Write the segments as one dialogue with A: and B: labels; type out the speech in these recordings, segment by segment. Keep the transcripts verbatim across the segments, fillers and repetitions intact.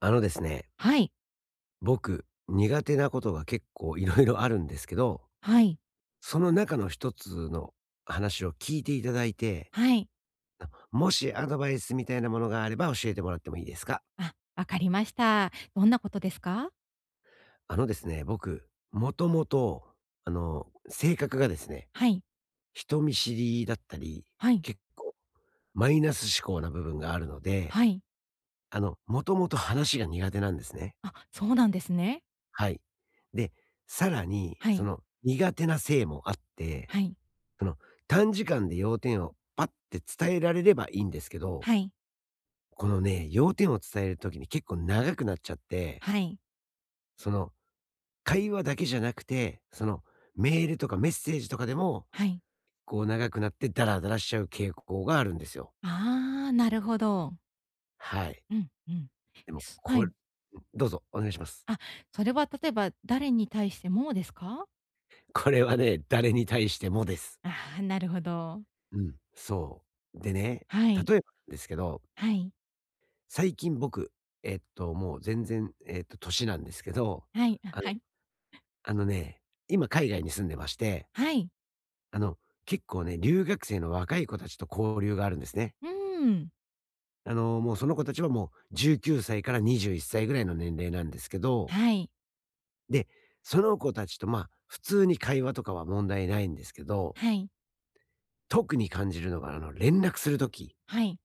A: あのですね、
B: はい、
A: 僕、苦手なことが結構いろいろあるんですけど、
B: はい、
A: その中の一つの話を聞いていただいて、
B: はい。
A: あもしアドバイスみたいなものがあれば教えてもらってもいいですか。
B: あ、わかりました。どんなことですか？
A: あのですね、僕、もともと、あの、性格がですね、
B: はい、
A: 人見知りだったり、
B: はい、
A: 結構マイナス思考な部分があるので、
B: はい。
A: あの、もともと話が苦手なんですね。
B: あ、そうなんですね。
A: はい。で、さらに、
B: は
A: そ
B: い、
A: の苦手な性もあって、
B: はい、
A: その、短時間で要点をパッて伝えられればいいんですけど、
B: はい、
A: このね、要点を伝える時に結構長くなっちゃって、
B: はい、
A: その、会話だけじゃなくて、その、メールとかメッセージとかでも、
B: はい。
A: こう長くなってダラダラしちゃう傾向があるんですよ。
B: ああ、なるほど。
A: はい。
B: うん、うん。
A: でも、
B: す。は
A: これ
B: い。
A: どうぞ、お願いします。
B: あ、それは例えば誰に対してもですか？
A: これはね、誰に対してもです。
B: ああ、なるほど。
A: うん、そう。でね、
B: はい、
A: 例えばですけど、
B: はい、
A: 最近僕、えっと、もう全然、えっと、年なんですけど、
B: はい、あ、
A: あ
B: はい、
A: あのね、今海外に住んでまして、
B: はい。
A: あの、結構ね、留学生の若い子たちと交流があるんですね。
B: うーん。
A: あの、もうその子たちはもうじゅうきゅうさいからにじゅういっさいぐらいの年齢なんですけど、
B: はい、
A: で、その子たちとまあ、普通に会話とかは問題ないんですけど、
B: はい、
A: 特に感じるのが、あの、連絡するとき、
B: はい。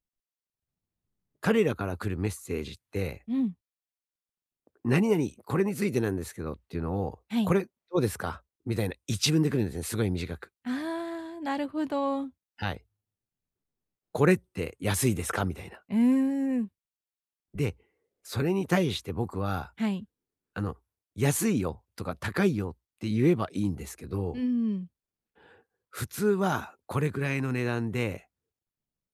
A: 彼らから来るメッセージって、
B: うん、
A: 何々、これについてなんですけどっていうのを、
B: は
A: こ
B: い。
A: れどうですかみたいな一文で来るんですね。すごい短く。
B: ああ、なるほど。
A: はい。これって安いですかみたいな。
B: うーん、
A: で、それに対して僕は、
B: はい。
A: あの、安いよとか高いよって言えばいいんですけ
B: う
A: ど、
B: ん。
A: 普通はこれくらいの値段で、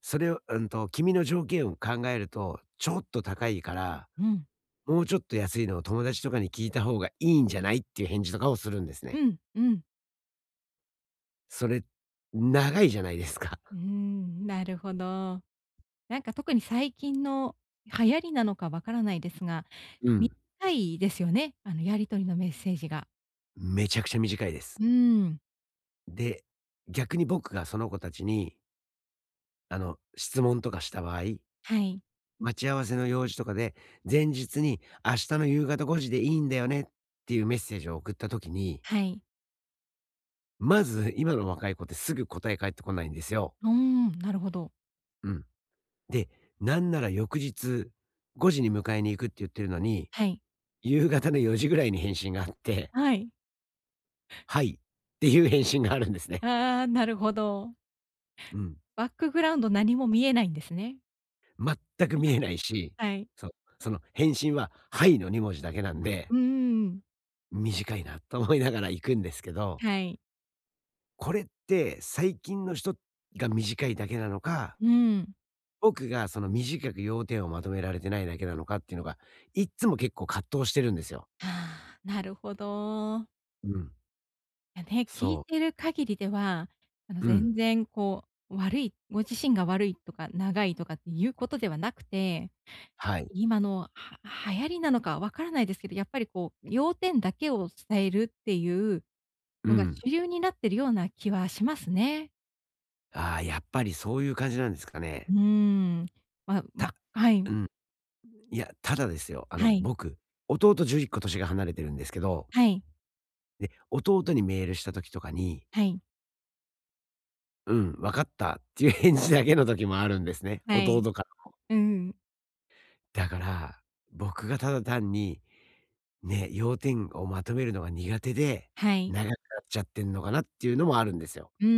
A: それを、うんと、君の条件を考えると、ちょっと高いから、
B: うん。
A: もうちょっと安いのを友達とかに聞いた方がいいんじゃない？っていう返事とかをするんです
B: う
A: ね。
B: ん、うん。
A: それ、長いじゃないですか。
B: うーん、なるほど。なんか特に最近の流行りなのかわからないですが、
A: うん。
B: ないですよね、あのやり取りのメッセージが。
A: めちゃくちゃ短いです。
B: うーん、
A: で、逆に僕がその子たちに、あの、質問とかした場合
B: はい、
A: 待ち合わせの用事とかで、前日に明日の夕方ごじでいいんだよねっていうメッセージを送った時に、
B: はい。
A: まず今の若い子ってすぐ答え返ってこないんですよ。
B: うーん、なるほど。
A: うん。で、なんなら翌日ごじに迎えに行くって言ってるのに、
B: はい、
A: 夕方のよじぐらいに返信があって、
B: はい。
A: はい、っていう返信があるんですね。
B: ああ、なるほど。
A: うん。
B: バックグラウンド何も見えないんですね。
A: 全く見えないし、
B: はい。
A: そう、その返信ははいのに文字だけなんで、
B: うーん、
A: 短いなと思いながら行くんですけど
B: はい。
A: これって最近の人が短いだけなのか、
B: うん。
A: 僕がその短く要点をまとめられてないだけなのかっていうのが、いっつも結構葛藤してるんですよ。
B: ああ、なるほど。
A: うん。
B: やね、聞い
A: そう。
B: てる限りでは、あの、
A: うん。
B: 全然こう、悪いご自身が悪いとか、長いとかっていうことではなくて、
A: はい。
B: 今のは流行りなのかわからないですけど、やっぱりこう、要点だけを伝えるっていう
A: う
B: のが
A: ん。
B: 主流になってるような気はしますね。
A: ああ、やっぱりそういう感じなんですか
B: う
A: ね。
B: ーん。ま、
A: た
B: わはい。
A: うん。いや、ただですよ、あの、
B: はい。
A: 僕、弟じゅういっこ年が離れてるんですけど、
B: はい。
A: で、弟にメールした時とかに、
B: はい。
A: うん、わかったっていう返事だけの時もあるんですね、
B: は
A: 弟
B: い。
A: から。
B: うん。
A: だから、僕がただ単に、ね、要点をまとめるのが苦手で、
B: はい。
A: 長くなっちゃってんのかなっていうのもあるんですよ。
B: うん、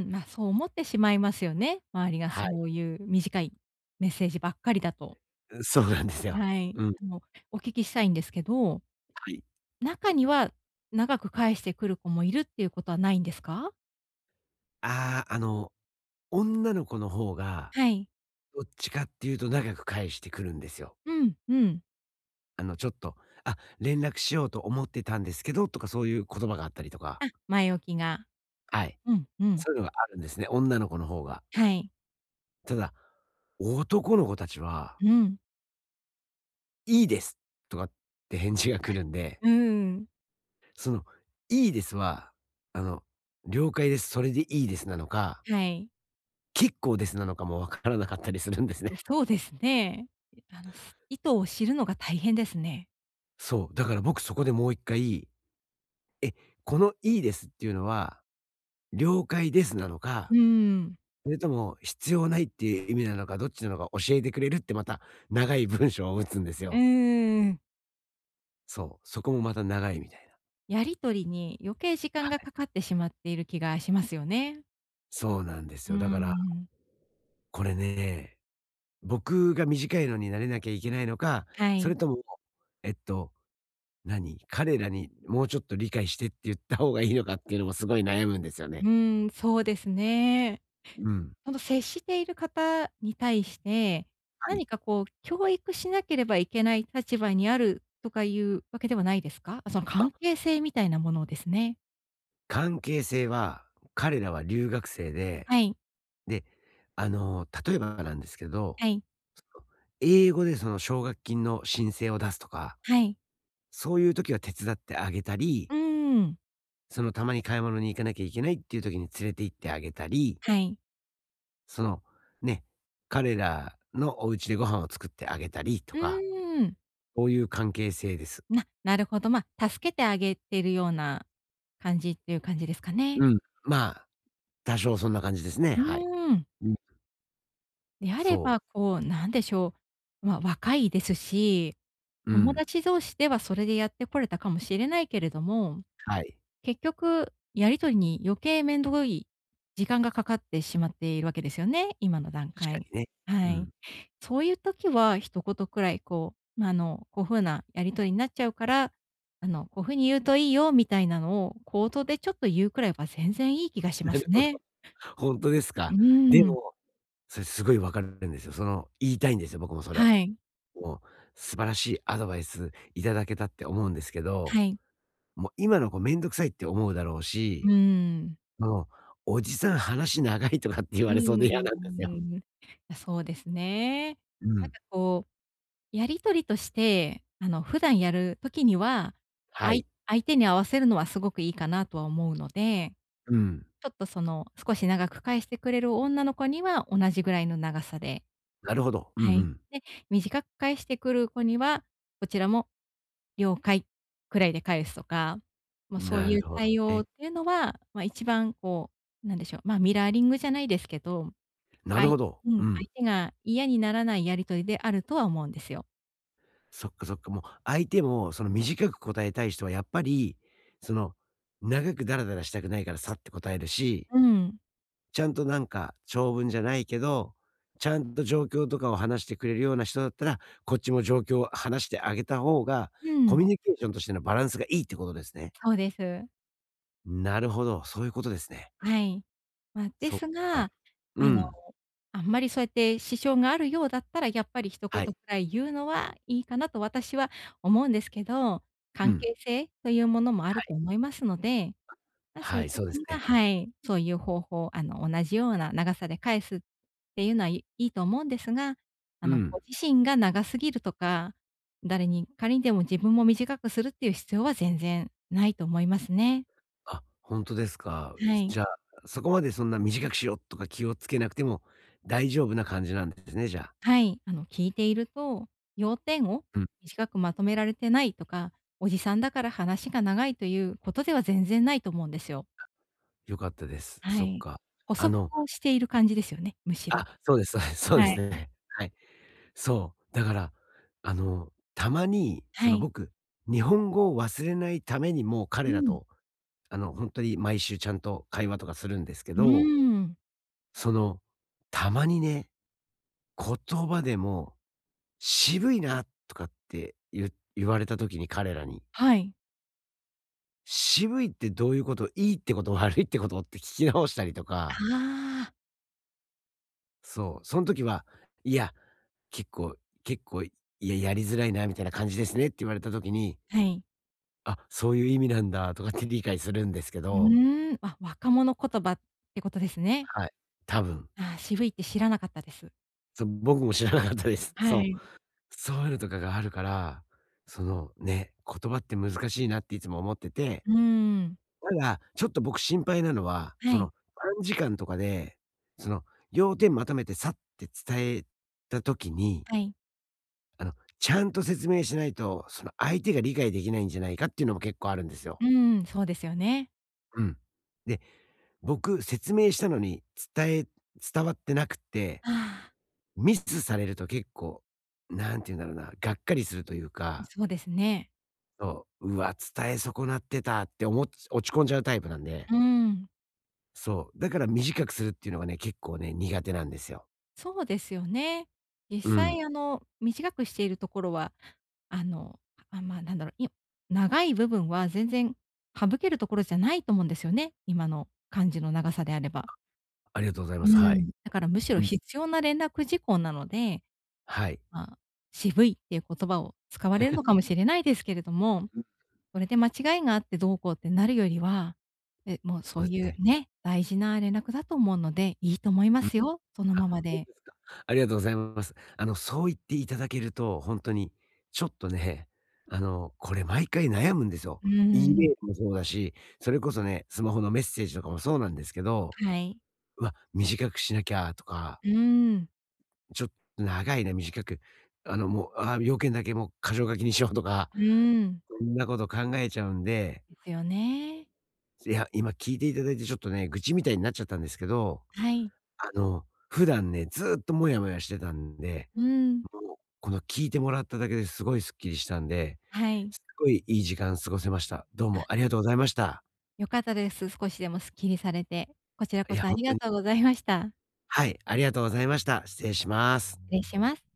B: うん。ま、そう思ってしまいますよね。周りが
A: はい。
B: そういう短いメッセージばっかりだと。
A: う、そうなんですよ。
B: はい。
A: うん。
B: あの、お聞きしたいんですけど、
A: はい。
B: 中には長く返してくる子もいるっていうことはないんですか？
A: ああ、あの、女の子の方が、
B: はい。
A: どっちかっていうと長く返してくるんですよ。
B: うん、うん。
A: あの、ちょっと、「あ、連絡しようと思ってたんですけど」とかそういう言葉があったりとか、
B: あ、前置きが。
A: はい。
B: うん、うん。
A: そういうのがあるんですね、女の子の方が。
B: はい。
A: ただ、男の子たちは、
B: うん。
A: 「いいです」とかって返事が来るんで
B: うーん、
A: その、いいですは、あの、了解です、それでいいですなのか、
B: はい。
A: 結構ですなのかもわからなかったりするんですね。
B: そうですね。あの、す意図を知るのが大変ですね。
A: そう、だから僕そこでもう一回、このいいですっていうのは、了解ですなのか、
B: うーん。
A: それとも必要ないっていう意味なのか、どっちなのか教えてくれるってまた長い文章を打つんです
B: うー
A: よ。
B: ん、
A: そう、そこもまた長いみたいな。
B: やり取りに余計時
A: は
B: 間が
A: い。
B: かかってしまっている気がしますよね。
A: そうなんです
B: うー
A: よ。だから、
B: ん。
A: これね、僕が短いのになれなきゃいけないのか、
B: は
A: それ
B: い。
A: とも、えっと、何、彼らにもうちょっと理解してって言った方がいいのかっていうのもすごい悩むんですよ
B: う
A: ね。
B: ーん、そうですね。
A: うん。
B: その接している方に対して、
A: はい。
B: 何かこう教育しなければいけない立場にあるとかいうわけではないですか？あ、その関係性みたいなものをですね。
A: 関係性は、彼らは留学生で、
B: はい、
A: で、あの、例えばなんですけど、
B: はい、
A: 英語でその奨学金の申請を出すとか、
B: はい。
A: そういう時は手伝ってあげたり、
B: うーん、
A: そのたまに買い物に行かなきゃいけないっていう時に連れて行ってあげたり
B: はい。
A: その、ね、彼らのお家でご飯を作ってあげたりと
B: う
A: か、
B: ーん。
A: そういう関係性です。
B: ななるほど、まあ、助けてあげてるような感じっていう感じですかね。
A: うん。まあ、多少そんな感じですね、
B: う
A: はい。
B: ーん。
A: うん。
B: であれ
A: そ
B: ば、
A: う。
B: こうなんでしょう、まあ、若いですし、
A: う
B: 友
A: ん。
B: 達同士ではそれでやってこれたかもしれないけれども、
A: はい。
B: 結局、やり取りに余計めんどい時間がかかってしまっているわけですよね、今の段
A: 確か
B: 階。
A: にね。
B: は
A: う
B: い。
A: ん。
B: そういう時は一言くらいこう、ま、あの、こう風なやり取りになっちゃうから、あの、こう風に言うといいよみたいなのを口頭でちょっと言うくらいは全然いい気がし
A: な
B: ま
A: る
B: す
A: ほど。
B: ね。
A: ほんとです
B: う
A: か。で
B: ーん。
A: も、それすごい分かるんですよ。その、言いたいんですよ、僕もそれ。
B: はい。
A: もう、素晴らしいアドバイスいただけたって思うんですけど、
B: はい。
A: もう今の子めんどくさいって思うだろう
B: うー
A: し、
B: ん。
A: その、おじさん話長いとかって言
B: う
A: われそうで嫌
B: ー
A: なんですよ。
B: ん。そうですね。
A: う
B: なん
A: ん。
B: かこうやり取りとして、あの、普段やる時には、
A: は
B: あい
A: い。
B: 相手に合わせるのはすごくいいかなとは思うので、
A: うん。
B: ちょっとその、少し長く返してくれる女の子には同じぐらいの長さで、
A: なるほど。う
B: はい。
A: ん
B: で、短く返してくる子には、こちらも了解くらいで返すとか、もう
A: うん。
B: そう
A: なる
B: いう
A: ほど
B: 対応
A: ね。
B: っていうのは、ま、一番こう、なんでしょう、ま、ミラーリングじゃないですけど、
A: な
B: あ
A: る
B: い、
A: ほど。
B: う
A: う
B: ん、
A: ん。
B: 相手が嫌にならないやり取りであるとは思うんですよ。
A: そっかそっか。もう相手もその短く答えたい人はやっぱり、その長くダラダラしたくないからさって答えるし、
B: うん。
A: ちゃんとなんか長文じゃないけど、ちゃんと状況とかを話してくれるような人だったら、こっちも状況を話してあげた方が、
B: う
A: コミ
B: ん。
A: ュニケーションとしてのバランスがいいってことですね。
B: そうです。
A: なるほど、そういうことですね。
B: はい。まあ、で
A: そっ
B: す
A: か。
B: が、
A: う
B: あの、
A: ん。
B: あんまりそうやって支障があるようだったら、やっぱり一言
A: は
B: く
A: い。
B: らい言うのはいいかなと私は思うんですけど、
A: う
B: 関
A: ん。
B: 係性というものもあると思いますので、まあ、そうい
A: は
B: う
A: い、
B: 時
A: そうです
B: には
A: ね。
B: はい、そういう方法、あの、同じような長さで返すっていうのは、いいいと思うんですが、あ
A: う
B: の、
A: ん。
B: ご自身が長すぎるとか、誰に仮にでも自分も短くするっていう必要は全然ないと思いますね。
A: あ、ほんとですか。
B: はい。
A: じゃあ、そこまでそんな短くしようとか気をつけなくても大丈夫な感じなんですね、じゃあ。
B: はい、あの、聞いていると、要点を
A: うん、
B: 短くまとめられてないとか、おじさんだから話が長いということでは全然ないと思うんですよ。
A: 良かったです。
B: は
A: そっ
B: い。
A: か。
B: 補
A: あ
B: 足
A: の
B: をしている感じですよね、むしろ。
A: あ、そうですそうです、そうで
B: は
A: す
B: い。
A: ね。はい。そう、だから、あの、たまに、そ
B: は
A: の、
B: い。
A: 僕、日本語を忘れないためにもう
B: う
A: 彼ら
B: ん。
A: と、あの、ほんとに毎週ちゃんと会話とかするんですけ
B: う
A: ど、
B: ーん。
A: その、たまにね、言葉でも「渋いな」とかってゆ言われた時に、彼らに
B: はい。
A: 渋いってどういうこと？いいってこと、悪いってこと？って聞き直したりとか、
B: あ
A: そう、その時は、いや、結構結構、いや、やりづらいなみたいな感じですねって言われた時に、
B: あ、はい。
A: あ、そういう意味なんだとかって理解するんですけ
B: う
A: ど、
B: ーん、あ、若者言葉ってことですね。
A: はい、多分。
B: ああ、渋いって知らなかったです。
A: そう、僕も知らなかったです。
B: は
A: そう。
B: い。
A: そういうのとかがあるから、そのね、言葉って難しいなっていつも思ってて
B: うーん。
A: ただ、ちょっと僕心配なのは、
B: は
A: そ
B: い、
A: の短時間とかで、その要点まとめてさって伝えた時に、
B: はい。
A: あの、ちゃんと説明しないと、その相手が理解できないんじゃないかっていうのも結構あるんですよ。
B: うーん、そうですよね。
A: うん。で、僕説明したのに伝え伝わってなくて、
B: あ
A: ミスされると結構、なんて言うんだろうな、がっかりするという
B: あ、
A: か、
B: そうですね。
A: そう、うわ、伝え損なってたっておも落ち込んじゃうタイプなんで。
B: うーん。
A: そう。だから短くするっていうのがね、結構ね、苦手なんですよ。
B: そうですよね。実
A: うん。
B: 際あの、短くしているところは、あの、あ、まあ、なんだろう、い長い部分は全然省けるところじゃないと思うんですよね、今の感じの長さであれば。
A: ありがとうございま
B: う
A: す。はい。
B: ん。だからむしろ
A: うん。
B: 必要な連絡事項なので、
A: はい。
B: まあ、渋いっていう言葉を使われるのかもしれないですけれども、
A: うん。
B: それで間違いがあってどうこうってなるよりは、え、もう
A: そ
B: そ
A: う
B: う
A: で
B: い
A: す
B: う
A: ね。
B: ね、大事な連絡だと思うので、いいと思いま
A: うん。
B: すよ、その
A: あ、
B: まま
A: 本
B: で。
A: 当ですか。ありがとうございます。あの、そう言っていただけると、本当にちょっとね、あの、これ毎回悩むんですよ。
B: う
A: E メー
B: ん、
A: ルもそうだし、それこそね、スマホのメッセージとかもそうなんですけど、
B: はい。
A: うわ、短くしなきゃとか、
B: うーん、
A: ちょっと長いな、短く、あの、もう、あ、要件だけもう箇条書きにしようとか、
B: うーん。
A: そんなこと考えちゃうんで
B: ですよね。
A: いや、今聞いていただいてちょっとね、愚痴みたいになっちゃったんですけど、
B: はい。
A: あの、普段ね、ずっとモヤモヤしてたんで、
B: うーん、
A: もう、この聞いてもらっただけですごいスッキリしたんで、
B: はい。
A: すごいいい時間過ごせました。どうもありがとうございました。
B: 良かったです。少しでもすっきりされて。こちら
A: い
B: こ
A: や、
B: そ
A: ほ
B: あ
A: ん
B: り
A: と
B: が
A: に
B: とうございました。
A: はい、ありがとうございました。失礼します。
B: 失礼します。